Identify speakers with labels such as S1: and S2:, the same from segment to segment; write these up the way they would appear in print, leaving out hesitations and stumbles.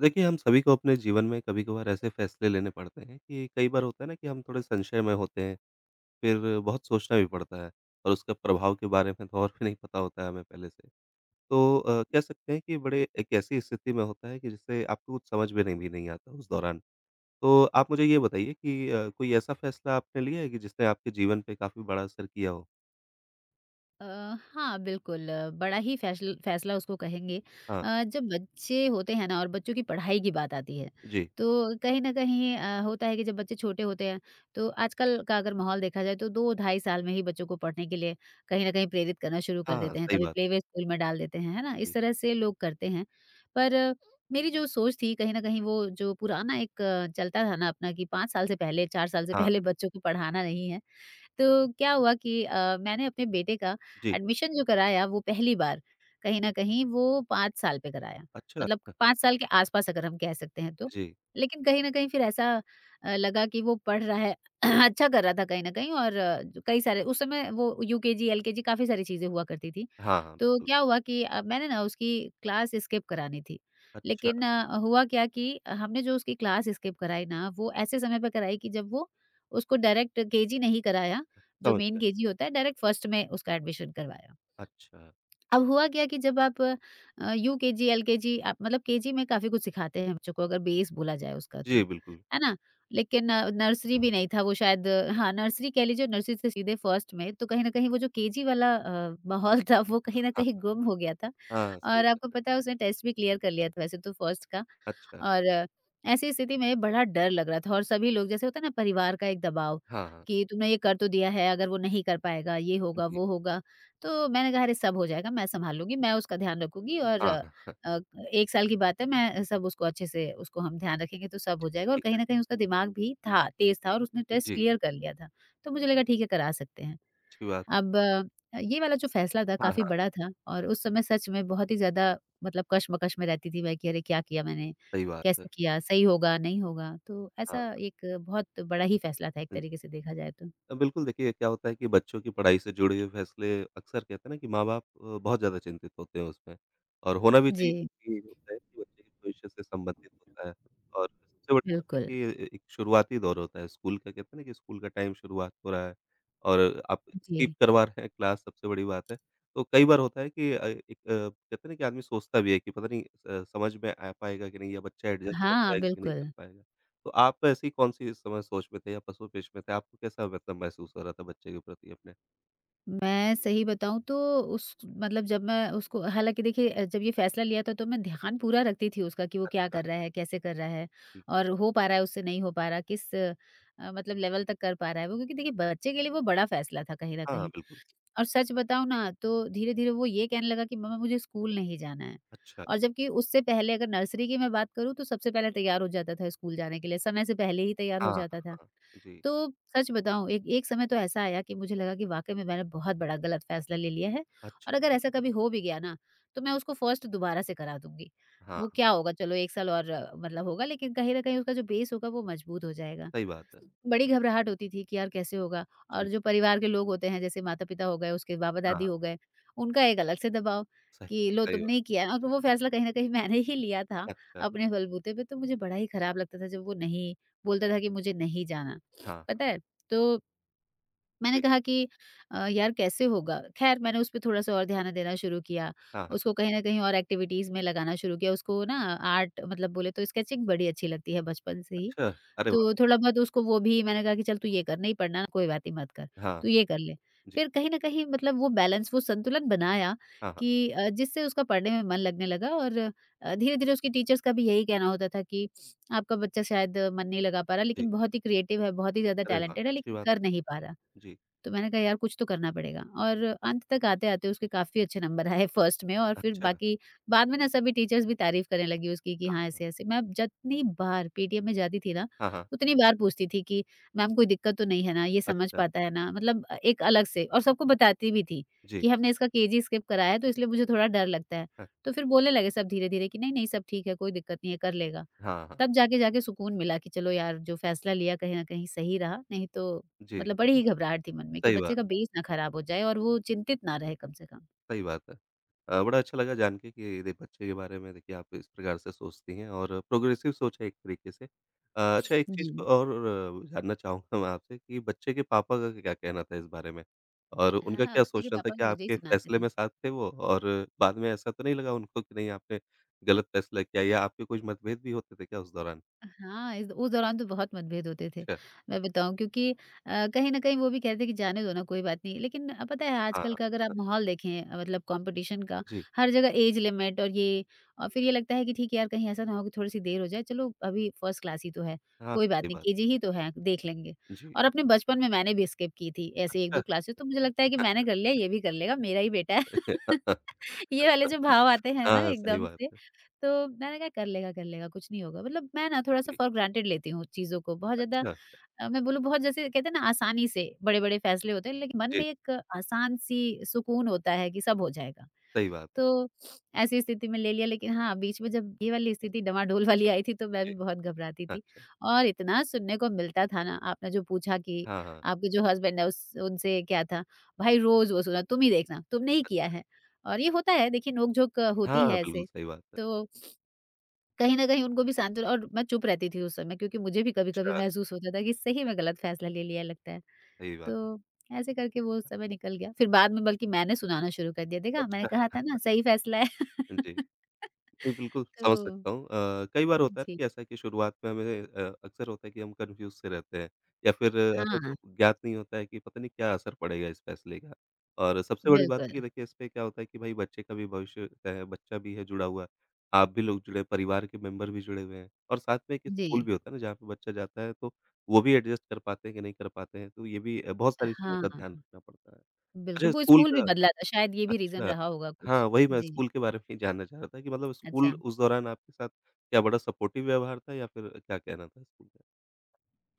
S1: देखिए, हम सभी को अपने जीवन में कभी-कभार ऐसे फैसले लेने पड़ते हैं कि कई बार होता है ना कि हम थोड़े संशय में होते हैं, फिर बहुत सोचना भी पड़ता है और उसका प्रभाव के बारे में तो और भी नहीं पता होता है हमें पहले से। तो कह सकते हैं कि बड़े एक ऐसी स्थिति में होता है कि जिससे आपको कुछ समझ में नहीं भी नहीं आता उस दौरान। तो आप मुझे ये बताइए कि कोई ऐसा फैसला आपने लिया है कि जिसने आपके जीवन पे काफ़ी बड़ा असर किया हो?
S2: अ, हाँ, बिल्कुल बड़ा ही फैसला उसको कहेंगे।
S1: हाँ,
S2: जब बच्चे होते हैं ना और बच्चों की पढ़ाई की बात आती है,
S1: जी।
S2: तो कहीं न कहीं होता है कि जब बच्चे छोटे होते हैं, तो आजकल का अगर माहौल देखा जाए तो 2 ढाई साल में ही बच्चों को पढ़ने के लिए कहीं न कहीं प्रेरित करना शुरू कर
S1: हाँ,
S2: देते हैं,
S1: सही
S2: कभी
S1: बात।
S2: प्ले वे स्कूल में डाल देते हैं, है ना? इस
S1: जी।
S2: तरह से लोग करते हैं। पर मेरी जो सोच थी कहीं न कहीं वो जो पुराना एक चलता था ना अपना कि 5 साल से पहले, 4 साल से
S1: हाँ,
S2: पहले बच्चों को पढ़ाना नहीं है। तो क्या हुआ कि मैंने अपने बेटे का
S1: जी।
S2: एडमिशन जो कराया वो पहली बार कहीं न कहीं वो 5 साल पे कराया।
S1: अच्छा।
S2: मतलब 5 साल के आस-पास अगर हम कह सकते हैं तो।
S1: जी।
S2: लेकिन कहीं न कहीं फिर ऐसा लगा कि वो पढ़ रहा है, अच्छा कर रहा था कहीं न कहीं, और जो कई सारे उस समय वो यूकेजी, एलकेजी काफ़ी सारी चीज़ें हुआ करती थी।
S1: हाँ, हाँ,
S2: तो
S1: बिल्कुल।
S2: क्या हुआ कि मैंने ना उसकी क्लास स्किप करानी थी।
S1: अच्छा,
S2: लेकिन हुआ क्या कि हमने जो उसकी क्लास स्किप कराई ना वो ऐसे समय पे कराई कि जब वो उसको डायरेक्ट केजी नहीं कराया, जो
S1: समझ
S2: मेन
S1: गया।
S2: केजी होता है, डायरेक्ट फर्स्ट में उसका एडमिशन करवाया।
S1: अच्छा।
S2: अब हुआ क्या कि जब आप यूकेजी, एलकेजी, आप मतलब केजी में काफ़ी कुछ सिखाते हैं बच्चों को, अगर बेस बोला जाए उसका तो,
S1: जी, बिल्कुल।
S2: है ना? लेकिन नर्सरी भी नहीं था वो शायद, हाँ, नर्सरी कह लीजिए, नर्सरी से सीधे फर्स्ट में, तो कहीं न कहीं वो जो केजी वाला माहौल था वो कहीं न कहीं
S1: हाँ,
S2: गुम हो गया था।
S1: हाँ, सही
S2: और
S1: बात
S2: आपको पता
S1: है।
S2: है उसने टेस्ट भी क्लियर कर लिया था वैसे तो, फर्स्ट का।
S1: अच्छा,
S2: और ऐसी स्थिति में बड़ा डर लग रहा था, और सभी लोग, जैसे होता है ना, परिवार का एक दबाव
S1: हाँ, हाँ।
S2: कि तुमने ये कर तो दिया है, अगर वो नहीं कर पाएगा ये होगा
S1: जी।
S2: वो होगा। तो मैंने कहा, अरे सब हो जाएगा, मैं संभाल लूंगी, मैं उसका ध्यान रखूंगी, और
S1: हाँ, हाँ,
S2: अ, एक साल की बात है, मैं सब उसको अच्छे से, उसको हम ध्यान रखेंगे तो सब हो जाएगा, और
S1: ठीक
S2: कहीं
S1: है।
S2: ना कहीं उसका दिमाग भी था, तेज था, और उसने टेस्ट
S1: जी,
S2: क्लियर कर लिया था। तो मुझे लगा ठीक है, करा सकते हैं।
S1: अच्छी बात।
S2: अब ये वाला जो फ़ैसला था
S1: हाँ,
S2: काफ़ी
S1: हाँ।
S2: बड़ा था, और उस समय सच में बहुत ही ज़्यादा मतलब कशमकश में रहती थी मैं कि अरे क्या किया मैंने?
S1: सही बात है।
S2: कैसे किया? सही होगा, नहीं होगा? तो
S1: हाँ।
S2: ऐसा एक बहुत बड़ा ही फ़ैसला था एक तरीके से देखा जाए तो।
S1: बिल्कुल देखिए क्या होता है कि बच्चों की पढ़ाई से जुड़े हुए फैसले अक्सर कहते हैं ना कि माँ-बाप बहुत ज़्यादा चिंतित होते हैं उसमें और होना भी चाहिए
S2: जी,
S1: कि होता है कि बच्चे के भविष्य से संबंधित होता है और सबसे बड़ी बात है
S2: बिल्कुल।
S1: कि ए एक शुरुआती दौर होता है स्कूल का कहते हैं ना कि स्कूल का टाइम शुरुआत हो रहा है और आप स्किप
S2: जी।
S1: करवा रहे हैं क्लास सबसे बड़ी बात है। तो कई बार होता है कि एक कहते हैं ना कि आदमी सोचता भी है कि पता नहीं समझ में आ पाएगा कि नहीं या बच्चा एडजस्ट कर
S2: हाँ,
S1: पाएगा कि नहीं
S2: बिल्कुल।
S1: कर पाएगा। तो आप ऐसी कौन-सी इस समय सोच में थे या पशु-पेश में थे? आपको कैसा मतलब महसूस हो रहा था बच्चे के प्रति अपने?
S2: मैं सही बताऊँ तो, उस मतलब जब मैं उसको, हालाँकि देखिए, जब ये फ़ैसला लिया था तो मैं ध्यान पूरा रखती थी उसका कि वो क्या
S1: अच्छा,
S2: कर रहा है, कैसे कर रहा है,
S1: ठीक है।
S2: और हो पा रहा है उससे, नहीं हो पा रहा, किस मतलब लेवल तक कर पा रहा है वो, क्योंकि देखिए बच्चे के लिए वो बड़ा फ़ैसला था कहीं न
S1: हाँ,
S2: कहीं।
S1: बिल्कुल।
S2: और सच बताऊँ ना तो धीरे-धीरे वो ये कहने लगा कि, "मम्मा मुझे स्कूल नहीं जाना है।"
S1: अच्छा,
S2: और जबकि उससे पहले अगर नर्सरी की मैं बात करूँ, तो सबसे पहले तैयार हो जाता था स्कूल जाने के लिए, समय से पहले ही तैयार हो
S1: हाँ,
S2: जाता था।
S1: हाँ। जी,
S2: तो सच बताऊँ, एक एक समय तो ऐसा आया कि मुझे लगा कि वाक़ई में मैंने बहुत बड़ा गलत फ़ैसला ले लिया है, और
S1: अच्छा,
S2: अगर ऐसा कभी हो भी गया ना, तो मैं उसको फ़र्स्ट दोबारा से करा दूँगी। वो
S1: हाँ,
S2: क्या होगा, चलो 1 साल और मतलब होगा, लेकिन कहीं न कहीं उसका जो बेस होगा वो मज़बूत हो जाएगा।
S1: सही बात है।
S2: बड़ी घबराहट होती थी कि यार कैसे होगा? और
S1: जी,
S2: जो परिवार के लोग होते हैं, जैसे माता-पिता हो गए, उसके
S1: हाँ,
S2: बाबा-दादी
S1: हाँ,
S2: हो गए, उनका एक अलग से दबाव
S1: सही
S2: कि लो
S1: सही
S2: तुमने ही
S1: बात
S2: किया है, और वो फ़ैसला कहीं न कहीं मैंने ही लिया था
S1: है। अच्छा,
S2: अपने बलबूते पे, तो मुझे बड़ा ही खराब लगता था जब वो नहीं बोलता था कि मुझे नहीं जाना,
S1: हाँ, हाँ,
S2: पता है? तो मैंने
S1: जी,
S2: कहा कि यार कैसे होगा? ख़ैर मैंने उस पे थोड़ा-सा और ध्यान देना शुरू किया,
S1: हाँ, हाँ।
S2: उसको कहीं न कहीं और एक्टिविटीज़ में लगाना शुरू किया, उसको ना आर्ट मतलब बोले तो स्केचिंग बड़ी अच्छी लगती है बचपन से ही,
S1: अच्छा, अरे वाह!
S2: तो थोड़ा बहुत उसको वो भी मैंने कहा कि चल तू ये कर, नहीं पढ़ना कोई बात नहीं मत कर,
S1: हाँ,
S2: तू ये कर ले।
S1: जी,
S2: फिर कहीं न कहीं मतलब वो बैलेंस, वो संतुलन बनाया
S1: हाँ, हाँ,
S2: कि जिससे उसका पढ़ने में मन लगने लगा, और धीरे-धीरे उसकी टीचर्स का भी यही कहना होता था कि आपका बच्चा शायद मन नहीं लगा पा रहा,
S1: जी।
S2: लेकिन बहुत ही क्रिएटिव है, बहुत ही ज़्यादा
S1: अरे वाह!
S2: टैलेंटेड है,
S1: अच्छी
S2: लेकिन
S1: बात
S2: कर नहीं पा रहा।
S1: है। जी,
S2: तो मैंने कहा यार कुछ तो करना पड़ेगा, और अंत तक आते-आते उसके काफ़ी अच्छे नंबर आए फर्स्ट में, और फिर
S1: अच्छा,
S2: बाकी बाद में ना सभी टीचर्स भी तारीफ करने लगी उसकी कि हाँ,
S1: हाँ,
S2: ऐसे-ऐसे। मैं जितनी बार पीटीएम में जाती थी ना,
S1: हाँ, हाँ,
S2: उतनी बार पूछती थी कि मैम कोई दिक्कत तो नहीं है ना? ये समझ
S1: अच्छा,
S2: पाता है ना? मतलब एक अलग से, और सबको बताती भी थी
S1: जी,
S2: कि हमने इसका केजी स्किप कराया है तो इसलिए मुझे थोड़ा डर लगता है।
S1: हाँ,
S2: तो फिर बोलने लगे सब धीरे-धीरे कि नहीं-नहीं सब ठीक है, कोई दिक्कत नहीं है, कर लेगा।
S1: हाँ, हाँ,
S2: तब जाके जाके सुकून मिला कि चलो यार, जो फैसला लिया कहीं न कहीं सही रहा, नहीं तो
S1: जी,
S2: मतलब बड़ी ही घबराहट थी मन में कि
S1: सही
S2: बच्चे
S1: बात।
S2: का बेस ना खराब हो जाए, और वो चिंतित ना रहे कम से कम।
S1: सही बात है। बड़ा अच्छा लगा जान के कि दे बच्चे के बारे में देखिए आप इस प्रकार से सोचती हैं और प्रोग्रेसिव सोच है एक तरीके से। अच्छा एक चीज़ को
S2: जी।
S1: और जानना चाहूँगा मैं आपसे कि बच्चे के पापा का क्या कहना था इस बारे में? और उनका
S2: हाँ,
S1: क्या
S2: बच्चे के
S1: सोचना था?
S2: पापा भी
S1: क्या
S2: मुझे ही
S1: आपके
S2: सुनाते
S1: फैसले
S2: थे।
S1: में साथ थे वो? और बाद में ऐसा तो नहीं लगा उनको कि नहीं आपने गलत फैसला किया या आपके कुछ मतभेद भी होते थे क्या उस दौरान?
S2: हाँ, इस उस दौरान तो बहुत मतभेद होते थे।
S1: अच्छा,
S2: मैं बताऊँ, क्योंकि कहीं न कहीं वो भी कहते कि जाने दो ना, कोई बात नहीं। लेकिन पता है,
S1: हाँ,
S2: आजकल का अगर आप
S1: हाँ।
S2: माहौल देखें, मतलब कॉम्पिटिशन का,
S1: जी,
S2: हर जगह ऐज लिमिट और ये, और फिर ये लगता है कि ठीक है यार, कहीं ऐसा ना हो कि थोड़ी-सी देर हो जाए, चलो अभी फर्स्ट क्लास ही तो है,
S1: हाँ,
S2: कोई बात
S1: सही
S2: नहीं,
S1: बात।
S2: केजी ही तो है, देख लेंगे।
S1: जी,
S2: और अपने बचपन में मैंने भी स्किप की थी ऐसे 1-2
S1: अच्छा।
S2: क्लासेस, तो मुझे लगता है कि मैंने कर लिया ये भी कर लेगा, मेरा ही बेटा है। ये वाले जो भाव आते हैं ना
S1: हाँ, सही
S2: एकदम
S1: बात
S2: से।
S1: है।
S2: तो मैंने कहा कर लेगा, कुछ नहीं होगा। मतलब मैं ना थोड़ा-सा
S1: जी,
S2: फॉर ग्रांटेड लेती हूँ चीज़ों को, बहुत ज़्यादा।
S1: अच्छा।
S2: मैं बोलूँ बहुत, जैसे कहते हैं ना, आसानी से बड़े-बड़े फैसले होते हैं, लेकिन मन
S1: जी,
S2: में एक आसान-सी सुकून होता है कि सब हो जाएगा।
S1: सही बात है।
S2: तो ऐसी स्थिति में ले लिया, लेकिन हाँ, बीच में जब ये वाली स्थिति डमाडोल वाली आई थी तो मैं भी
S1: जी।
S2: बहुत घबराती थी,
S1: अच्छा।
S2: और इतना सुनने को मिलता था ना, आपने जो पूछा कि
S1: हाँ, हाँ।
S2: आपके जो हस्बैंड है उस उनसे क्या था? भाई रोज़ वो सुना, "तुम ही देखना, तुमने ही किया है।" और ये होता है, देखिए नोक-झोंक होती
S1: हाँ,
S2: है
S1: बिल्कुल
S2: ऐसे,
S1: सही बात है।
S2: तो कहीं न कहीं उनको भी सांत्वना। और मैं चुप रहती थी उस समय, क्योंकि मुझे भी कभी-कभी
S1: अच्छा,
S2: महसूस होता था कि सही में गलत फ़ैसला ले लिया लगता है।
S1: सही बात।
S2: तो ऐसे करके वो समय निकल गया। फिर बाद में बल्कि मैंने सुनाना शुरू कर दिया, देखा मैंने
S1: अच्छा,
S2: कहा था ना सही फ़ैसला है।
S1: जी। जी, बिल्कुल
S2: तो।
S1: समझ सकता हूँ। कई बार होता है
S2: जी।
S1: कि ऐसा कि शुरुआत में हमें अक्सर होता है कि हम कन्फ्यूज़ से रहते हैं या फिर हमें
S2: हाँ,
S1: तो ज्ञात नहीं होता है कि पता नहीं क्या असर पड़ेगा इस फ़ैसले का। और सबसे बड़ी बात
S2: बिल्कुल।
S1: है कि देखिए इसपे क्या होता है कि भाई बच्चे का भी भविष्य है, बच्चा भी है जुड़ा हुआ, आप भी लोग जुड़े, परिवार के मेंबर भी जुड़े हुए हैं और साथ में एक
S2: जी।
S1: स्कूल भी होता है ना जहाँ पे बच्चा जाता है तो वो भी एडजस्ट कर पाते हैं कि नहीं कर पाते हैं, तो ये भी बहुत सारी चीज़ों का ध्यान
S2: हाँ,
S1: रखना पड़ता है।
S2: बिल्कुल,
S1: अच्छा
S2: वो
S1: स्कूल
S2: स्कूल भी
S1: का
S2: बदला था शायद, ये भी रीज़न
S1: अच्छा।
S2: रहा होगा कुछ।
S1: हाँ, वही मैं
S2: जी,
S1: स्कूल के बारे में ही जानना चाह रहा था कि मतलब
S2: अच्छा।
S1: स्कूल उस दौरान आपके साथ क्या बड़ा सपोर्टिव व्यवहार था या फिर क्या कहना था स्कूल का?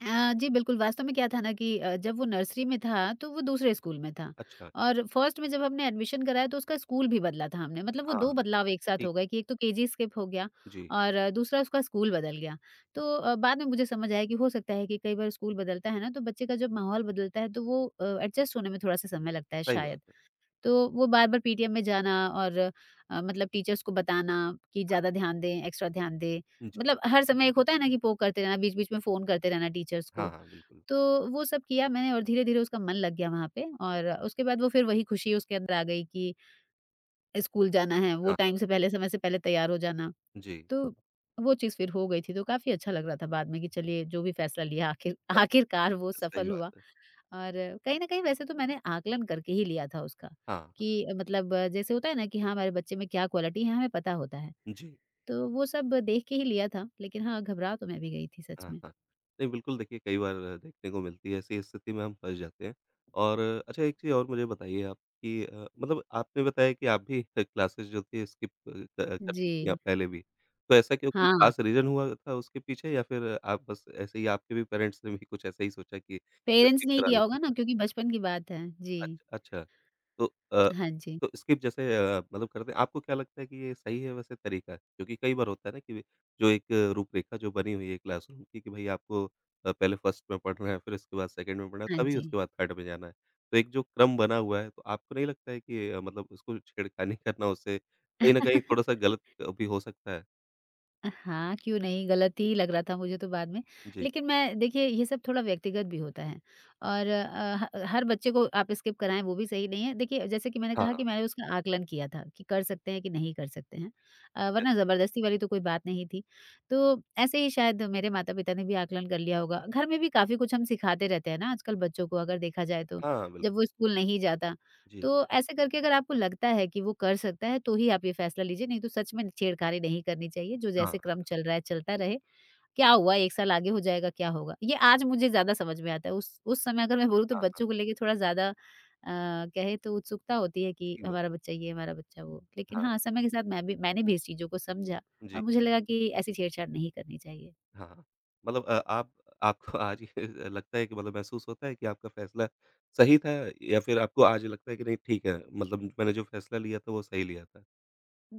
S2: जी बिल्कुल, वास्तव में क्या था ना कि जब वो नर्सरी में था, तो वो दूसरे स्कूल में था,
S1: अच्छा,
S2: और फर्स्ट में जब हमने एडमिशन कराया तो उसका स्कूल भी बदला था हमने, मतलब वो
S1: हाँ,
S2: 2 बदलाव एक साथ हो
S1: ठीक,
S2: गए कि एक तो केजी स्किप हो गया,
S1: जी,
S2: और दूसरा उसका स्कूल बदल गया। तो बाद में मुझे समझ आया कि हो सकता है कि कई बार स्कूल बदलता है ना, तो बच्चे का जब माहौल बदलता है तो वो एडजस्ट होने में थोड़ा-सा समय लगता है
S1: सही बात
S2: शायद।
S1: है।
S2: तो वो बार-बार पीटीएम में जाना, और मतलब टीचर्स को बताना कि ज़्यादा ध्यान दें, एक्स्ट्रा ध्यान दें।
S1: जी,
S2: मतलब हर समय एक होता है ना कि पोक करते रहना, बीच-बीच में फ़ोन करते रहना टीचर्स
S1: हाँ,
S2: को।
S1: हाँ, बिल्कुल।
S2: तो वो सब किया मैंने, और धीरे-धीरे उसका मन लग गया वहाँ पे, और उसके बाद वो फिर वही खुशी उसके अंदर आ गई कि स्कूल जाना है, वो
S1: हाँ, हाँ,
S2: टाइम से पहले, समय से पहले तैयार हो जाना।
S1: जी,
S2: तो वो चीज़ फिर हो गई थी, तो काफ़ी अच्छा लग रहा था बाद में कि चलिए जो भी फैसला लिया, आखिर
S1: हाँ,
S2: आखिरकार वो
S1: सही
S2: सफल हुआ।
S1: बात है।
S2: और कहीं न कहीं वैसे तो मैंने आकलन करके ही लिया था उसका,
S1: हाँ, हाँ,
S2: कि मतलब जैसे होता है ना कि हाँ, हमारे बच्चे में क्या क्वालिटी है, हमें पता होता है।
S1: जी।
S2: तो वो सब देख के ही लिया था, लेकिन हाँ, घबरा तो मैं भी गई थी सच
S1: हाँ,
S2: में।
S1: हाँ। नहीं बिल्कुल देखिए कई बार देखने को मिलती है ऐसी स्थिति में हम फँस जाते हैं। और अच्छा एक चीज़ और मुझे बताइए आप कि मतलब आपने बताया कि आप भी क्लासेस जो थी स्किप कर चुकी हैं
S2: जी,
S1: आप पहले भी। तो ऐसा क्यों कोई
S2: हाँ,
S1: ख़ास रीज़न हुआ था उसके पीछे या फिर आप बस ऐसे ही आपके भी पेरेंट्स ने भी कुछ ऐसा ही सोचा कि
S2: पेरेंट्स
S1: स्किप
S2: ने ही
S1: करा
S2: किया होगा
S1: देते
S2: ना
S1: हैं?
S2: क्योंकि बचपन की बात है। जी।
S1: अच्छा। तो अ,
S2: हाँ जी,
S1: स्किप जैसे मतलब करते हैं, आपको क्या लगता है कि ये सही है वैसे तरीका? क्योंकि कई बार होता है ना कि जो एक रूपरेखा जो बनी हुई है क्लासरूम की कि भई आपको पहले फर्स्ट में पढ़ना है, फिर उसके बाद सेकंड में पढ़ना है,
S2: हाँ
S1: तभी
S2: जी।
S1: उसके बाद थर्ड में जाना है। तो एक जो क्रम बना हुआ है, तो आपको नहीं लगता है कि मतलब उसको छेड़खानी करना उससे कहीं न कहीं थोड़ा-सा गलत भी हो सकता है?
S2: हाँ, क्यों नहीं, गलत ही लग रहा था मुझे तो बाद में।
S1: जी।
S2: लेकिन मैं देखिए ये सब थोड़ा व्यक्तिगत भी होता है और ह हर बच्चे को आप स्किप कराएँ वो भी सही नहीं है। देखिए जैसे कि मैंने कहा
S1: हाँ,
S2: कि मैंने उसका आकलन किया था कि कर सकते हैं कि नहीं कर सकते हैं। वरना ज़बरदस्ती वाली तो कोई बात नहीं थी। तो ऐसे ही शायद मेरे माता-पिता ने भी आकलन कर लिया होगा। घर में भी काफ़ी कुछ हम सिखाते रहते हैं ना आजकल बच्चों को अगर देखा जाए तो,
S1: हाँ, बिल्कुल।
S2: जब वो स्कूल नहीं जाता।
S1: जी।
S2: तो ऐसे करके अगर आपको लगता है कि वो कर सकता है, तो ही आप ये फैसला लीजिए, नहीं तो सच में छेड़खानी नहीं करनी चाहिए। जो
S1: हाँ,
S2: जैसे क्रम चल रहा है, चलता
S1: जी।
S2: रहे। क्या हुआ 1 साल आगे हो जाएगा, क्या होगा? ये आज मुझे ज़्यादा समझ में आता है। उस समय अगर मैं बोलूँ तो
S1: हाँ, हाँ,
S2: बच्चों को लेके थोड़ा ज़्यादा कहें तो उत्सुकता होती है कि
S1: ठीक बात।
S2: हमारा बच्चा ये, हमारा बच्चा वो। लेकिन
S1: हाँ,
S2: हाँ, समय के साथ मैंने भी इस चीज़ों को समझा और
S1: जी।
S2: मुझे लगा कि ऐसी छेड़छाड़ नहीं करनी चाहिए।
S1: हाँ, मतलब आप आपको आज ये लगता है कि मतलब महसूस होता है कि आपका फैसला सही था या फिर आपको आज लगता है कि नहीं ठीक है, मतलब मैंने जो फैसला लिया था वो सही लिया था।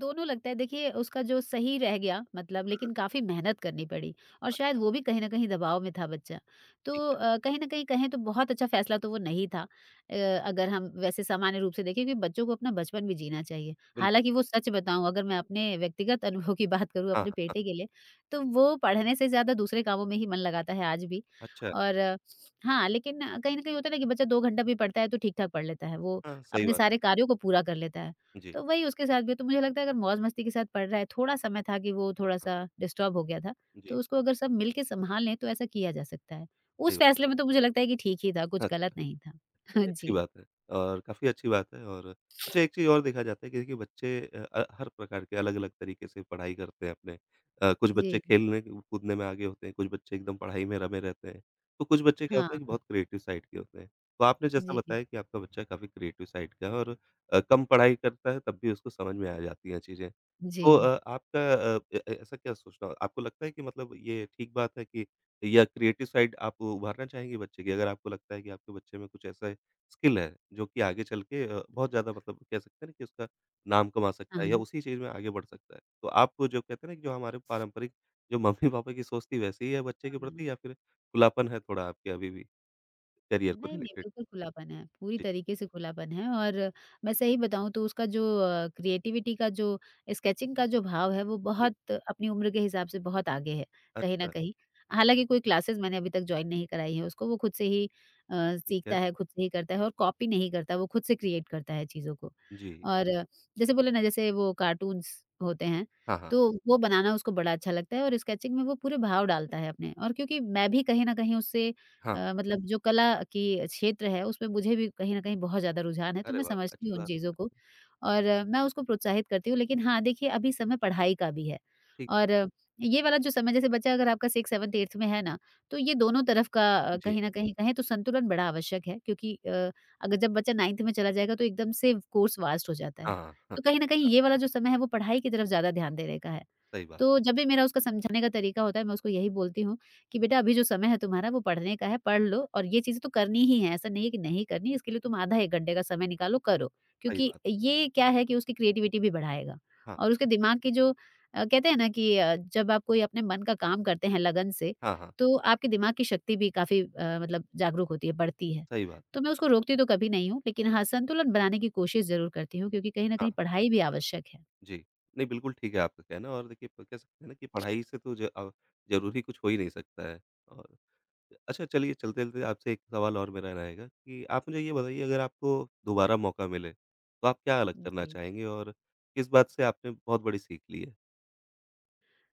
S2: दोनों लगता है, देखिए उसका जो सही रह गया मतलब, लेकिन काफ़ी मेहनत करनी पड़ी और शायद वो भी कहीं न कहीं दबाव में था बच्चा। तो
S1: ठीक है,
S2: कहीं न कहीं कहें तो बहुत अच्छा फ़ैसला तो वो नहीं था। अगर हम वैसे सामान्य रूप से देखें कि बच्चों को अपना बचपन भी जीना चाहिए।
S1: बिल्कुल।
S2: हालाँकि वो सच बताऊँ अगर मैं अपने व्यक्तिगत अनुभव की बात करूँ
S1: हाँ,
S2: अपने
S1: हाँ,
S2: बेटे के लिए, तो वो पढ़ने से ज़्यादा दूसरे कामों में ही मन लगाता है आज भी।
S1: अच्छा,
S2: और हाँ, लेकिन कहीं न कहीं होता है ना कि बच्चा 2 घंटा भी पढ़ता है तो ठीक-ठाक पढ़ लेता है। वो
S1: हाँ, सही
S2: अपने
S1: बात।
S2: सारे कार्यों को पूरा कर लेता है।
S1: जी,
S2: तो वही उसके साथ भी तो मुझे लगता है अगर मौज-मस्ती के साथ पढ़ रहा है, थोड़ा समय था कि वो
S1: हाँ,
S2: थोड़ा-सा डिस्टर्ब हो गया था,
S1: जी,
S2: तो उसको अगर सब मिल के सँभाल लें तो ऐसा किया जा सकता है। उस
S1: सही बात।
S2: फैसले में तो मुझे लगता है कि ठीक ही था, कुछ गलत नहीं था।
S1: नहीं, अच्छी
S2: जी,
S1: बात है और काफ़ी अच्छी बात है और अच्छा एक चीज़ और देखा जाता है कि देखिए बच्चे हर प्रकार के अलग-अलग तरीके से पढ़ाई करते हैं अपने कुछ बच्चे
S2: जी।
S1: खेलने कूदने में आगे होते हैं, कुछ बच्चे एकदम पढ़ाई में रमे रहते हैं, तो कुछ बच्चे क्या होता है कि
S2: हाँ,
S1: बहुत क्रिएटिव साइड के होते हैं। तो आपने जैसा
S2: जी,
S1: बताया कि आपका बच्चा काफ़ी क्रिएटिव साइड का है और कम पढ़ाई करता है तब भी उसको समझ में आ जाती हैं चीज़ें।
S2: जी।
S1: तो आपका ए ए ऐसा क्या सोचना आपको लगता है कि मतलब ये ठीक बात है कि या क्रिएटिव साइड आप उभारना चाहेंगे बच्चे की? अगर आपको लगता है कि आपके बच्चे में कुछ ऐसा स्किल है, जो कि आगे चल के बहुत ज़्यादा मतलब कह सकते हैं ना कि उसका नाम कमा
S2: हाँ,
S1: सकता है या
S2: हाँ,
S1: उसी चीज़ में आगे बढ़ सकता है। तो आपको जो कहते हैं ना कि जो हमारे पारंपरिक जो मम्मी-पापा की सोच थी वैसे ही है बच्चे के
S2: हाँ।
S1: प्रति या फिर खुलापन है थोड़ा आपके अभी भी करियर को
S2: नहीं, नहीं,
S1: रिलेटेड?
S2: बिल्कुल खुलापन है, पूरी
S1: जी,
S2: तरीके से खुलापन है और मैं सही बताऊँ तो उसका जो क्रिएटिविटी का जो स्केचिंग का जो भाव है, वो
S1: जी।
S2: बहुत अपनी उम्र के हिसाब से बहुत आगे है, कहीं न
S1: अच्छा,
S2: कहीं। हालाँकि कोई क्लासेस मैंने अभी तक जॉइन नहीं कराई है उसको, वो खुद से ही
S1: ठीक है।
S2: सीखता है, खुद से ही करता है और कॉपी नहीं करता, वो खुद से क्रिएट करता है चीज़ों को।
S1: जी।
S2: और जैसे बोले ना, जैसे वो कार्टून्स होते हैं,
S1: हाँ, हाँ।
S2: तो वो बनाना उसको बड़ा अच्छा लगता है और स्केचिंग में वो पूरे भाव डालता है अपने, और क्योंकि मैं भी कहीं न कहीं उससे
S1: हाँ, हाँ।
S2: मतलब जो कला की क्षेत्र है उसमें मुझे भी कहीं न कहीं बहुत ज़्यादा रुझान है, तो
S1: अरे
S2: मैं
S1: वाह!
S2: समझती
S1: अच्छी
S2: हूँ उन
S1: बात,
S2: चीज़ों को और मैं उसको प्रोत्साहित करती हूँ। लेकिन हाँ, देखिए अभी समय पढ़ाई का भी है
S1: ठीक
S2: और
S1: बात।
S2: ये वाला जो समय जैसे बच्चा अगर आपका 6th, 7th, 8th में है ना, तो ये दोनों तरफ का
S1: जी।
S2: कहीं न कहीं कहें तो संतुलन बड़ा आवश्यक है, क्योंकि अगर जब बच्चा 9th में चला जाएगा तो एकदम से कोर्स वास्ट हो जाता है।
S1: हाँ, हाँ। हाँ,
S2: तो कहीं न
S1: ठीक
S2: कहीं
S1: कहा।
S2: ये वाला जो समय है वो पढ़ाई की तरफ ज़्यादा ध्यान देने का है।
S1: सही बात,
S2: तो जब भी मेरा उसका समझाने का तरीका होता है मैं उसको यही बोलती हूँ कि बेटा, अभी जो समय है तुम्हारा वो पढ़ने का है, पढ़ लो, और ये चीज़ें तो करनी ही है, ऐसा नहीं है कि नहीं करनी, इसके लिए तुम आधा 1 घंटे का समय निकालो, करो।
S1: सही
S2: क्योंकि
S1: बात।
S2: ये क्या है कि उसकी क्रिएटिविटी भी बढ़ाएगा
S1: हाँ।
S2: और उसके दिमाग की जो कहते हैं ना कि जब आप कोई अपने मन का काम करते हैं लगन से,
S1: हाँ, हाँ।
S2: तो आपके दिमाग की शक्ति भी काफ़ी मतलब जागरूक होती है, बढ़ती है।
S1: सही बात है।
S2: तो मैं उसको रोकती तो कभी नहीं हूँ, लेकिन हाँ, संतुलन बनाने की कोशिश ज़रूर करती हूँ क्योंकि कहीं न
S1: हाँ।
S2: कहीं पढ़ाई भी आवश्यक है।
S1: जी। नहीं, बिल्कुल ठीक है आपका कहना और देखिए प कह सकते हैं ना कि पढ़ाई से तो ज़रूरी कुछ हो ही नहीं सकता है और अच्छा चलिए चलते-चलते आपसे एक सवाल और मेरा रहेगा कि आप मुझे ये बताइए अगर आपको दोबारा मौका मिले, तो आप क्या अलग करना
S2: जी।
S1: चाहेंगे और किस बात से आपने बहुत बड़ी सीख ली है?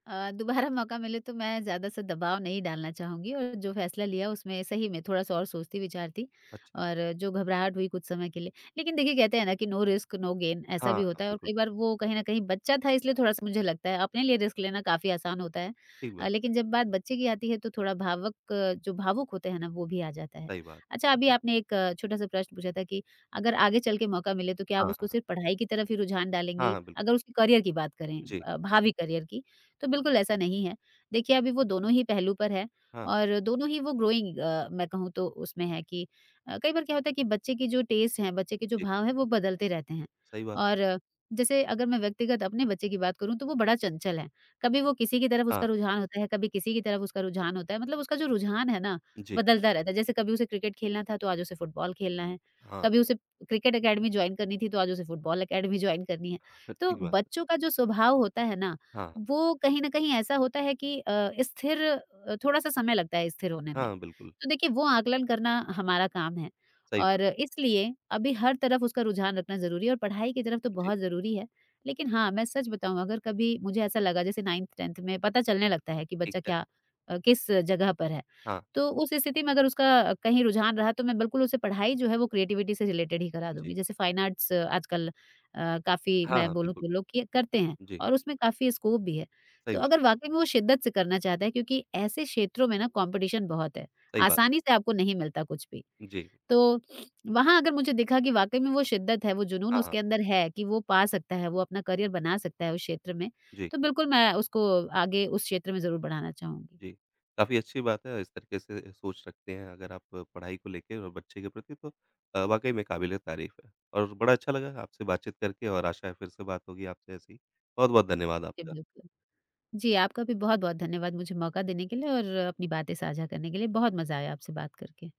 S2: दोबारा मौका मिले तो मैं ज़्यादा सा दबाव नहीं डालना चाहूँगी, और जो फ़ैसला लिया उसमें सही में थोड़ा-सा और सोचती विचारती,
S1: अच्छा
S2: और जो घबराहट हुई कुछ समय के लिए, लेकिन देखिए कहते हैं ना कि नो रिस्क नो गेन, ऐसा
S1: हाँ, हाँ,
S2: भी
S1: हाँ,
S2: होता है, और
S1: बिल्कुल,
S2: कई बार वो कहीं न कहीं बच्चा था इसलिए थोड़ा-सा मुझे लगता है अपने लिए रिस्क लेना काफ़ी आसान होता है।
S1: ठीक बात,
S2: लेकिन जब बात बच्चे की आती है तो थोड़ा जो भावुक होते हैं ना वो भी आ जाता है।
S1: सही बात है।
S2: अच्छा, अभी आपने एक छोटा-सा प्रश्न पूछा था कि अगर आगे चल के मौका मिले तो क्या आप
S1: हाँ,
S2: उसको
S1: हाँ।
S2: सिर्फ पढ़ाई की तरफ ही रुझान
S1: हाँ,
S2: डालेंगी?
S1: हाँ, बिल्कुल,
S2: अगर उसके करियर की बात करें,
S1: जी।
S2: भावी करियर की, तो बिल्कुल ऐसा नहीं है। देखिए अभी वो दोनों ही पहलू पर है
S1: हाँ,
S2: और दोनों ही वो ग्रोइंग मैं कहूँ तो उसमें है कि कई बार क्या होता है कि बच्चे की जो टेस्ट है, बच्चे के जो
S1: जी,
S2: भाव है वो बदलते रहते हैं।
S1: सही बात
S2: और जैसे अगर मैं व्यक्तिगत अपने बच्चे की बात करूँ तो वो बड़ा चंचल है। कभी वो किसी की तरफ उसका
S1: हाँ,
S2: रुझान होता है, कभी किसी की तरफ उसका रुझान होता है। मतलब उसका जो रुझान है ना,
S1: जी,
S2: बदलता रहता है। जैसे कभी उसे क्रिकेट खेलना था तो आज उसे फुटबॉल खेलना है।
S1: हाँ,
S2: कभी उसे क्रिकेट अकेडमी जॉइन करनी थी तो आज उसे फुटबॉल अकेडमी जॉइन करनी है। तो
S1: ठीक बात है।
S2: बच्चों का जो स्वभाव होता है ना,
S1: हाँ,
S2: वो कहीं न कहीं ऐसा होता है कि थोड़ा-सा समय लगता है स्थिर होने में।
S1: हाँ, बिल्कुल,
S2: तो देखिए वो आकलन करना हमारा काम है,
S1: सही
S2: और
S1: बात,
S2: इसलिए अभी हर तरफ उसका रुझान रखना ज़रूरी है, और पढ़ाई की तरफ तो
S1: जी,
S2: बहुत ज़रूरी है। लेकिन हाँ, मैं सच बताऊँ अगर कभी मुझे ऐसा लगा, जैसे 9th-10th में पता चलने लगता है कि
S1: ठीक
S2: बच्चा
S1: है।
S2: क्या, किस जगह पर है।
S1: हाँ,
S2: तो उस स्थिति में अगर उसका कहीं रुझान रहा तो मैं बिल्कुल उसे पढ़ाई जो है वो क्रिएटिविटी से रिलेटेड ही करा दूँगी।
S1: जी।
S2: जैसे फाइन आर्ट्स आजकल काफ़ी
S1: हाँ,
S2: मैं
S1: हाँ,
S2: बोलूँ
S1: बिल्कुल,
S2: तो लोग कि करते हैं।
S1: जी।
S2: और उसमें काफ़ी स्कोप भी है।
S1: सही
S2: तो
S1: बात
S2: अगर वाक़ई में वो शिद्दत से करना चाहता है, क्योंकि ऐसे क्षेत्रों में ना कॉम्पिटिशन बहुत है,
S1: सही बात
S2: आसानी से आपको नहीं मिलता कुछ भी।
S1: है। जी।
S2: तो वहाँ अगर मुझे दिखा कि वाक़ई में वो शिद्दत है, वो जुनून
S1: हाँ, हाँ।
S2: उसके अंदर है कि वो पा सकता है, वो अपना करियर बना सकता है उस क्षेत्र में,
S1: जी,
S2: तो बिल्कुल मैं उसको आगे उस क्षेत्र में ज़रूर बढ़ाना चाहूँगी।
S1: जी। काफ़ी अच्छी बात है इस तरीके से सोच रखते हैं अगर आप पढ़ाई को लेके और बच्चे के प्रति तो वाक़ई में काबिल-ए-तारीफ़ है और बड़ा अच्छा लगा आपसे बातचीत करके और आशा है फिर से बात होगी आपसे ऐसे ही। बहुत-बहुत धन्यवाद
S2: जी,
S1: आपका।
S2: बिल्कुल। जी, आपका भी बहुत-बहुत धन्यवाद मुझे मौका देने के लिए और अपनी बातें साझा करने के लिए। बहुत मज़ा आया आपसे बात करके।